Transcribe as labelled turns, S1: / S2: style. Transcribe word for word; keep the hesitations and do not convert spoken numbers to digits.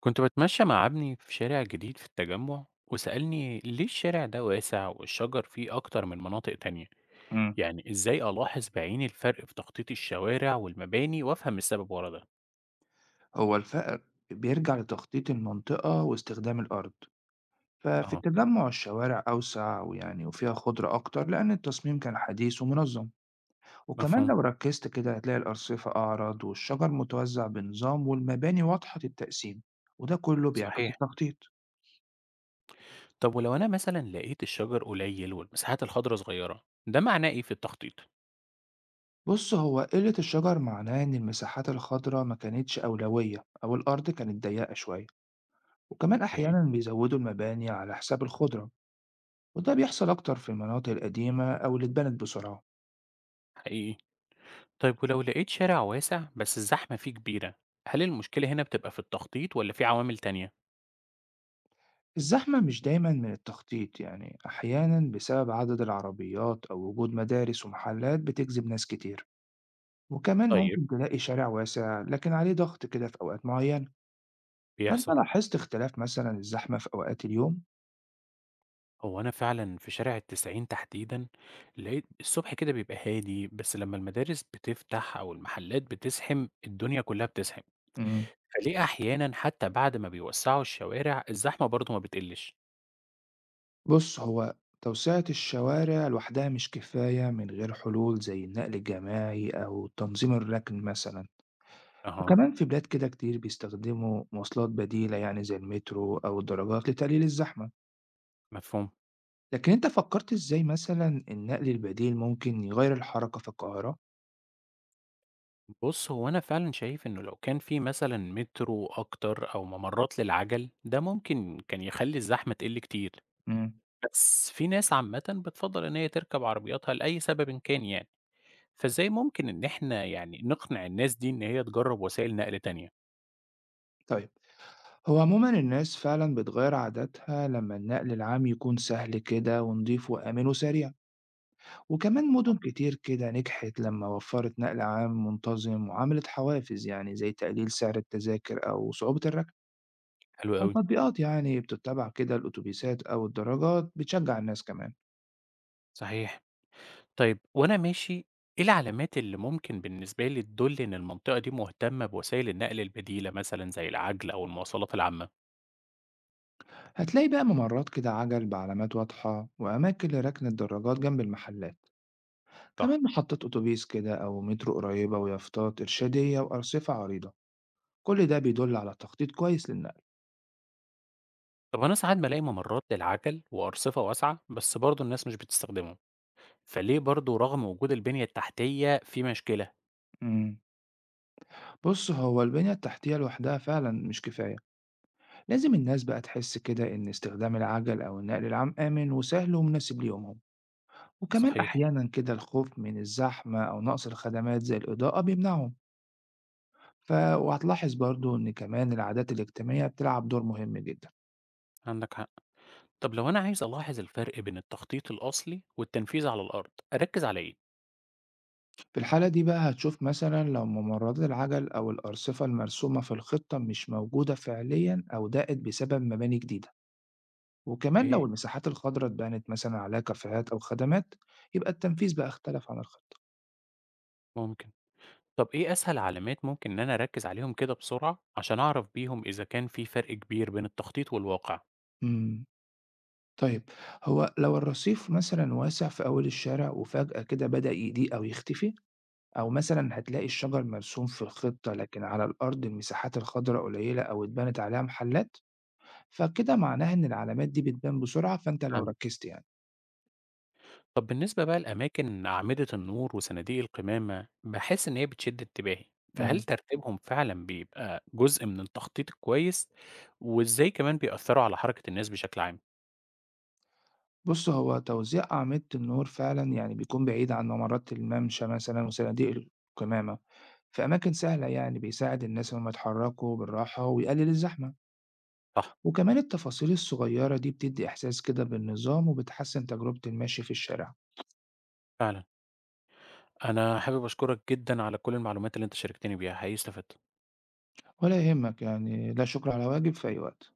S1: كنت بتمشى مع ابني في شارع جديد في التجمع وسألني ليه الشارع ده واسع والشجر فيه أكتر من مناطق تانية.
S2: إمم.
S1: يعني إزاي ألاحظ بعيني الفرق في تخطيط الشوارع والمباني وأفهم السبب ورا ده؟
S2: هو الفقر بيرجع لتخطيط المنطقة واستخدام الأرض، ففي
S1: أهو.
S2: التجمع الشوارع أوسع ويعني وفيها خضرة أكتر لأن التصميم كان حديث ومنظم، وكمان
S1: مفهوم.
S2: لو ركزت كده هتلاقي الأرصفة أعرض والشجر متوزع بنظام والمباني واضحة التقسيم، وده كله بيعكس
S1: صحيح.
S2: التخطيط.
S1: طب ولو أنا مثلا لقيت الشجر قليل والمساحات الخضراء صغيرة ده معناه إيه في التخطيط؟
S2: بُص هو قلة الشجر معناه إن المساحات الخضرا ما كانتش أولوية أو الأرض كانت ضيقة شوية، وكمان
S1: إيه؟
S2: أحيانًا بيزودوا المباني على حساب الخضرة. وده بيحصل أكتر في المناطق القديمة أو اللي اتبنت بسرعة.
S1: حقيقي. طيب ولو لقيت شارع واسع بس الزحمة فيه كبيرة، هل المشكلة هنا بتبقى في التخطيط ولا في عوامل تانية؟
S2: الزحمة مش دايما من التخطيط، يعني أحيانا بسبب عدد العربيات أو وجود مدارس ومحلات بتجذب ناس كتير، وكمان
S1: طيب.
S2: ممكن تلاقي شارع واسع لكن عليه ضغط كده في أوقات معينة. فأنت
S1: بيحصل.
S2: لاحظت اختلاف مثلا الزحمة في أوقات اليوم؟
S1: هو أنا فعلًا في شارع التسعين تحديدًا، لقيت الصبح كده بيبقى هادي، بس لمّا المدارس بتفتح أو المحلات بتزحم، الدنيا كلّها بتزحم.
S2: مم.
S1: فليه أحيانًا حتى بعد ما بيوسّعوا الشوارع الزحمة برضه ما بتقلّش؟
S2: بص هو توسعة الشوارع لوحدها مش كفاية من غير حلول زي النقل الجماعي أو تنظيم الركن مثلا،
S1: أها.
S2: وكمان في بلاد كده كتير بيستخدموا مواصلات بديلة يعني زي المترو أو الدراجات لتقليل الزحمة.
S1: مفهوم.
S2: لكن أنت فكرت إزاي مثلا النقل البديل ممكن يغير الحركة في القاهرة؟
S1: بُص، هو أنا فعلًا شايف إنه لو كان في مثلًا مترو أكتر أو ممرات للعَجَل، ده ممكن كان يخلّي الزحمة تقِل كتير.
S2: مم.
S1: بس في ناس عامةً بتفضّل إن هي تركب عربياتها لأي سببٍ كان يعني. فإزاي ممكن إن إحنا يعني نقنع الناس دي إن هي تجرّب وسائل نقل تانية؟
S2: طيب هو عموما الناس فعلا بتغير عاداتها لما النقل العام يكون سهل كده ونضيف وآمن وسريع، وكمان مدن كتير كده نجحت لما وفرت نقل عام منتظم وعملت حوافز يعني زي تقليل سعر التذاكر أو صعوبة الركب.
S1: حلو أوي.
S2: فالتطبيقات يعني بتتبع كده الأتوبيسات أو الدراجات بتشجع الناس كمان.
S1: صحيح. طيب وأنا ماشي، إيه العلامات اللي ممكن بالنسبة لي تدُل إن المنطقة دي مهتمة بوسائل النقل البديلة مثلًا زي العَجْل أو المواصلات العامة؟
S2: هتلاقي بقى ممرات كده عجل بعلامات واضحة وأماكن لركن الدراجات جنب المحلات،
S1: صح.
S2: كمان محطة أتوبيس كده أو مترو قريبة ويافطات إرشادية وأرصفة عريضة. كل ده بيدل على تخطيط كويس للنقل.
S1: طب أنا ساعات بالاقي ممرات للعَجَل وأرصفة واسعة، بس برضه الناس مش بتستخدمهم، فليه برضه رغم وجود البنية التحتية في مشكلة؟
S2: مم. بص هو البنية التحتية لوحدها فعلا مش كفاية، لازم الناس بقى تحس كده إن استخدام العجل أو النقل العام آمن وسهل ومناسب ليهم، وكمان
S1: صحيح.
S2: أحيانا كده الخوف من الزحمة أو نقص الخدمات زي الإضاءة بيمنعهم. ف... وهتلاحظ برضو إن كمان العادات الاجتماعية بتلعب دور مهم جدا.
S1: عندك حق. طب لو أنا عايز ألاحظ الفرق بين التخطيط الأصلي والتنفيذ على الأرض، أركّز على إيه؟
S2: في الحالة دي بقى هتشوف مثلا لو ممرات العجل أو الأرصفة المرسومة في الخطة مش موجودة فعليا أو ضاقت بسبب مباني جديدة، وكمان لو
S1: إيه.
S2: المساحات الخضراء اتبنت مثلا عليها كافيهات أو خدمات، يبقى التنفيذ بقى اختلف عن الخطة.
S1: ممكن. طب إيه أسهل علامات ممكن إن أنا أركّز عليهم كده بسرعة، عشان أعرف بيهم إذا كان في فرق كبير بين التخطيط والواقع؟
S2: امم طيب، هو لو الرصيف مثلا واسع في أول الشارع وفجأة كده بدأ يضيق أو يختفي، أو مثلًا هتلاقي الشجر مرسوم في الخطة، لكن على الأرض المساحات الخضراء قليلة أو اتبنت عليها محلات، فكده معناها إن العلامات دي بتبان بسرعة، فأنت لو
S1: فهمت.
S2: ركزت يعني.
S1: طب بالنسبة بقى لأماكن أعمدة النور وصناديق القمامة، باحس إن هي بتشد انتباهي، فهل
S2: إمم.
S1: ترتيبهم فعلًا بيبقى جزء من التخطيط الكويس؟ وإزاي كمان بيأثّروا على حركة الناس بشكل عام؟
S2: بُص، هو توزيع أعمدة النور فعلًا يعني بيكون بعيد عن ممرات الممشى مثلًا وصناديق القمامة، في أماكن سهلة يعني بيساعد الناس إن هم يتحركوا بالراحة ويقلل الزحمة،
S1: صح.
S2: وكمان التفاصيل الصغيرة دي بتدي إحساس كده بالنظام وبتحسن تجربة المشي في الشارع.
S1: فعلًا، أنا حابب أشكرك جدًا على كل المعلومات اللي أنت شاركتني بيها، حقيقي استفدت.
S2: ولا يهمك يعني، لا شكر على واجب، في أي وقت.